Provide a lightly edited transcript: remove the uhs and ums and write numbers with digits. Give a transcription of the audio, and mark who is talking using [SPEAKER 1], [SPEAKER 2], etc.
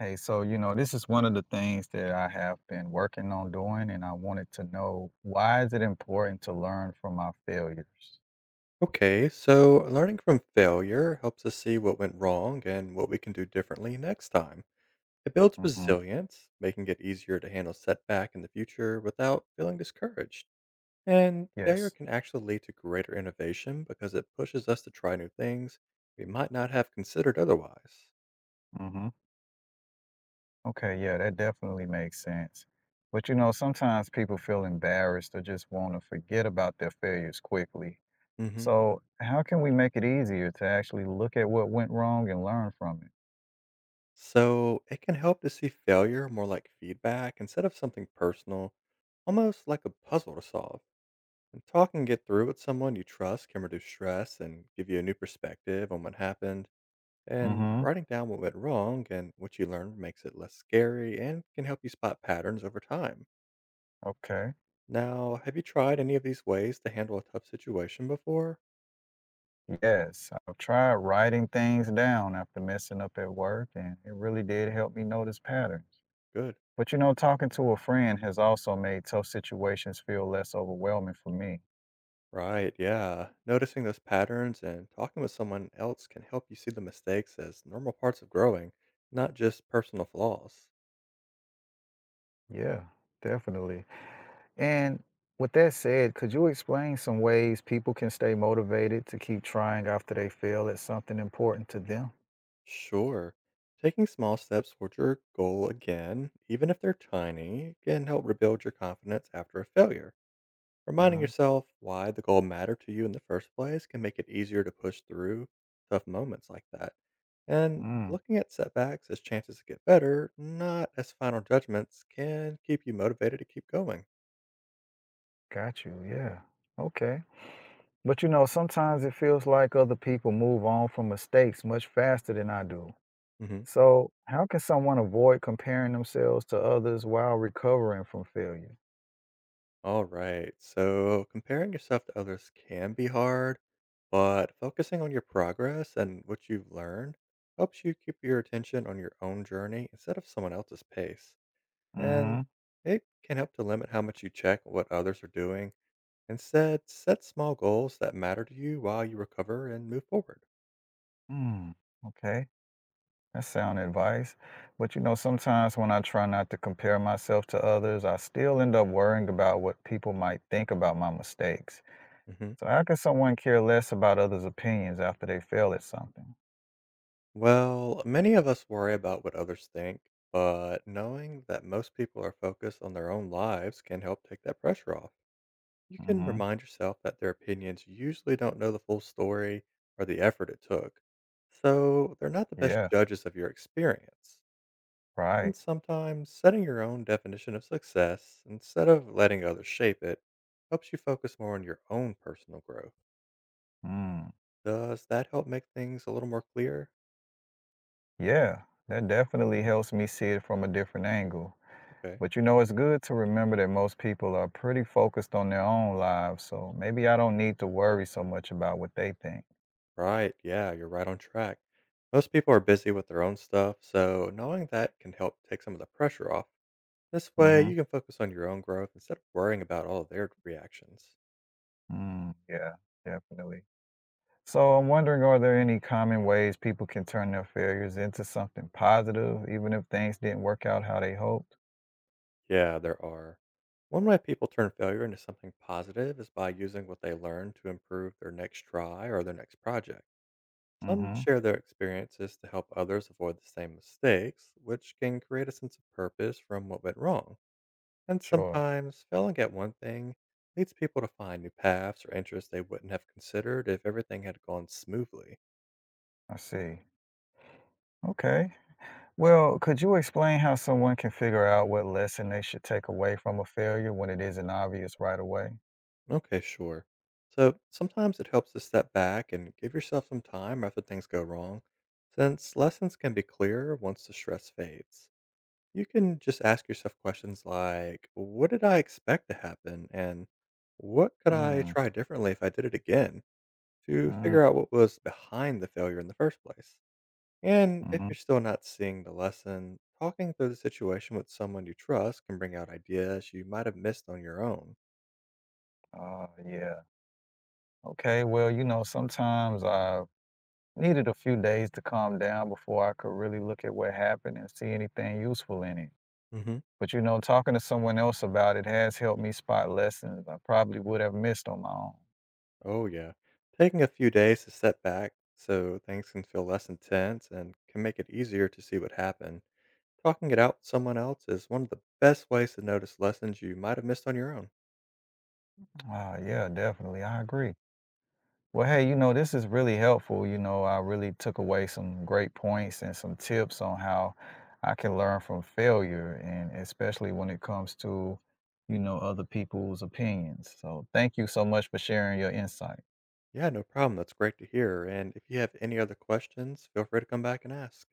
[SPEAKER 1] Hey, so this is one of the things that I have been working on doing, and I wanted to know why is it important to learn from my failures?
[SPEAKER 2] Okay, so learning from failure helps us see what went wrong and what we can do differently next time. It builds
[SPEAKER 1] Mm-hmm.
[SPEAKER 2] resilience, making it easier to handle setback in the future without feeling discouraged. And failure
[SPEAKER 1] Yes.
[SPEAKER 2] can actually lead to greater innovation because it pushes us to try new things we might not have considered otherwise.
[SPEAKER 1] Mm-hmm. Okay, yeah, that definitely makes sense. But sometimes people feel embarrassed or just want to forget about their failures quickly.
[SPEAKER 2] hmm
[SPEAKER 1] So how can we make it easier to actually look at what went wrong and learn from it?
[SPEAKER 2] So it can help to see failure more like feedback instead of something personal, almost like a puzzle to solve. And talking it through with someone you trust can reduce stress and give you a new perspective on what happened. And
[SPEAKER 1] Mm-hmm.
[SPEAKER 2] writing down what went wrong and what you learned makes it less scary and can help you spot patterns over time.
[SPEAKER 1] Okay.
[SPEAKER 2] Now, have you tried any of these ways to handle a tough situation before?
[SPEAKER 1] Yes, I've tried writing things down after messing up at work, and it really did help me notice patterns.
[SPEAKER 2] Good.
[SPEAKER 1] But talking to a friend has also made tough situations feel less overwhelming for me.
[SPEAKER 2] Right, yeah. Noticing those patterns and talking with someone else can help you see the mistakes as normal parts of growing, not just personal flaws.
[SPEAKER 1] Yeah, definitely. And with that said, could you explain some ways people can stay motivated to keep trying after they feel it's something important to them?
[SPEAKER 2] Sure. Taking small steps towards your goal again, even if they're tiny, can help rebuild your confidence after a failure. Reminding
[SPEAKER 1] Hmm.
[SPEAKER 2] yourself why the goal mattered to you in the first place can make it easier to push through tough moments like that. And
[SPEAKER 1] Mm,
[SPEAKER 2] looking at setbacks as chances to get better, not as final judgments, can keep you motivated to keep going.
[SPEAKER 1] got you. Yeah. Okay. But sometimes it feels like other people move on from mistakes much faster than I do.
[SPEAKER 2] Mhm.
[SPEAKER 1] So, how can someone avoid comparing themselves to others while recovering from failure?
[SPEAKER 2] All right. So comparing yourself to others can be hard, but focusing on your progress and what you've learned helps you keep your attention on your own journey instead of someone else's pace. And
[SPEAKER 1] Mhm.
[SPEAKER 2] it can help to limit how much you check what others are doing. Instead, set small goals that matter to you while you recover and move forward.
[SPEAKER 1] Mm. Okay. That's sound advice. But sometimes when I try not to compare myself to others, I still end up worrying about what people might think about my mistakes.
[SPEAKER 2] hmm
[SPEAKER 1] So, how can someone care less about others' opinions after they fail at something?
[SPEAKER 2] Well, many of us worry about what others think, but knowing that most people are focused on their own lives can help take that pressure off. You can
[SPEAKER 1] Hmm.
[SPEAKER 2] remind yourself that their opinions usually don't know the full story or the effort it took, so they're not the best
[SPEAKER 1] Yeah,
[SPEAKER 2] judges of your experience.
[SPEAKER 1] right.
[SPEAKER 2] And sometimes setting your own definition of success instead of letting others shape it helps you focus more on your own personal growth.
[SPEAKER 1] Mm.
[SPEAKER 2] Does that help make things a little more clear?
[SPEAKER 1] Yeah, that definitely helps me see it from a different angle.
[SPEAKER 2] Okay.
[SPEAKER 1] But it's good to remember that most people are pretty focused on their own lives, so maybe I don't need to worry so much about what they think.
[SPEAKER 2] Right. Yeah, you're right on track. Most people are busy with their own stuff, so knowing that can help take some of the pressure off. This way, you
[SPEAKER 1] Hmm.
[SPEAKER 2] can focus on your own growth instead of worrying about all of their reactions.
[SPEAKER 1] Mm, yeah, definitely. So I'm wondering, are there any common ways people can turn their failures into something positive, even if things didn't work out how they hoped?
[SPEAKER 2] Yeah, there are. One way people turn failure into something positive is by using what they learn to improve their next try or their next project. Some
[SPEAKER 1] Hmm.
[SPEAKER 2] share their experiences to help others avoid the same mistakes, which can create a sense of purpose from what went wrong. And
[SPEAKER 1] Sure,
[SPEAKER 2] sometimes failing at one thing leads people to find new paths or interests they wouldn't have considered if everything had gone smoothly.
[SPEAKER 1] I see. Okay. Well, could you explain how someone can figure out what lesson they should take away from a failure when it isn't obvious right away?
[SPEAKER 2] Okay, sure. So sometimes it helps to step back and give yourself some time after things go wrong, since lessons can be clearer once the stress fades. You can just ask yourself questions like, what did I expect to happen? And what could I
[SPEAKER 1] Mm,
[SPEAKER 2] try differently if I did it again? To
[SPEAKER 1] mm,
[SPEAKER 2] figure out what was behind the failure in the first place. And if
[SPEAKER 1] mhm.
[SPEAKER 2] you're still not seeing the lesson, talking through the situation with someone you trust can bring out ideas you might have missed on your own.
[SPEAKER 1] Yeah. Okay, well, sometimes I needed a few days to calm down before I could really look at what happened and see anything useful in it.
[SPEAKER 2] Mm-hmm.
[SPEAKER 1] But, talking to someone else about it has helped me spot lessons I probably would have missed on my own.
[SPEAKER 2] Oh, yeah. Taking a few days to step back so things can feel less intense and can make it easier to see what happened. Talking it out with someone else is one of the best ways to notice lessons you might have missed on your own.
[SPEAKER 1] Ah, yeah, definitely. I agree. Well, hey, this is really helpful. I really took away some great points and some tips on how I can learn from failure, and especially when it comes to, other people's opinions. So, thank you so much for sharing your insight.
[SPEAKER 2] Yeah, no problem. That's great to hear. And if you have any other questions, feel free to come back and ask.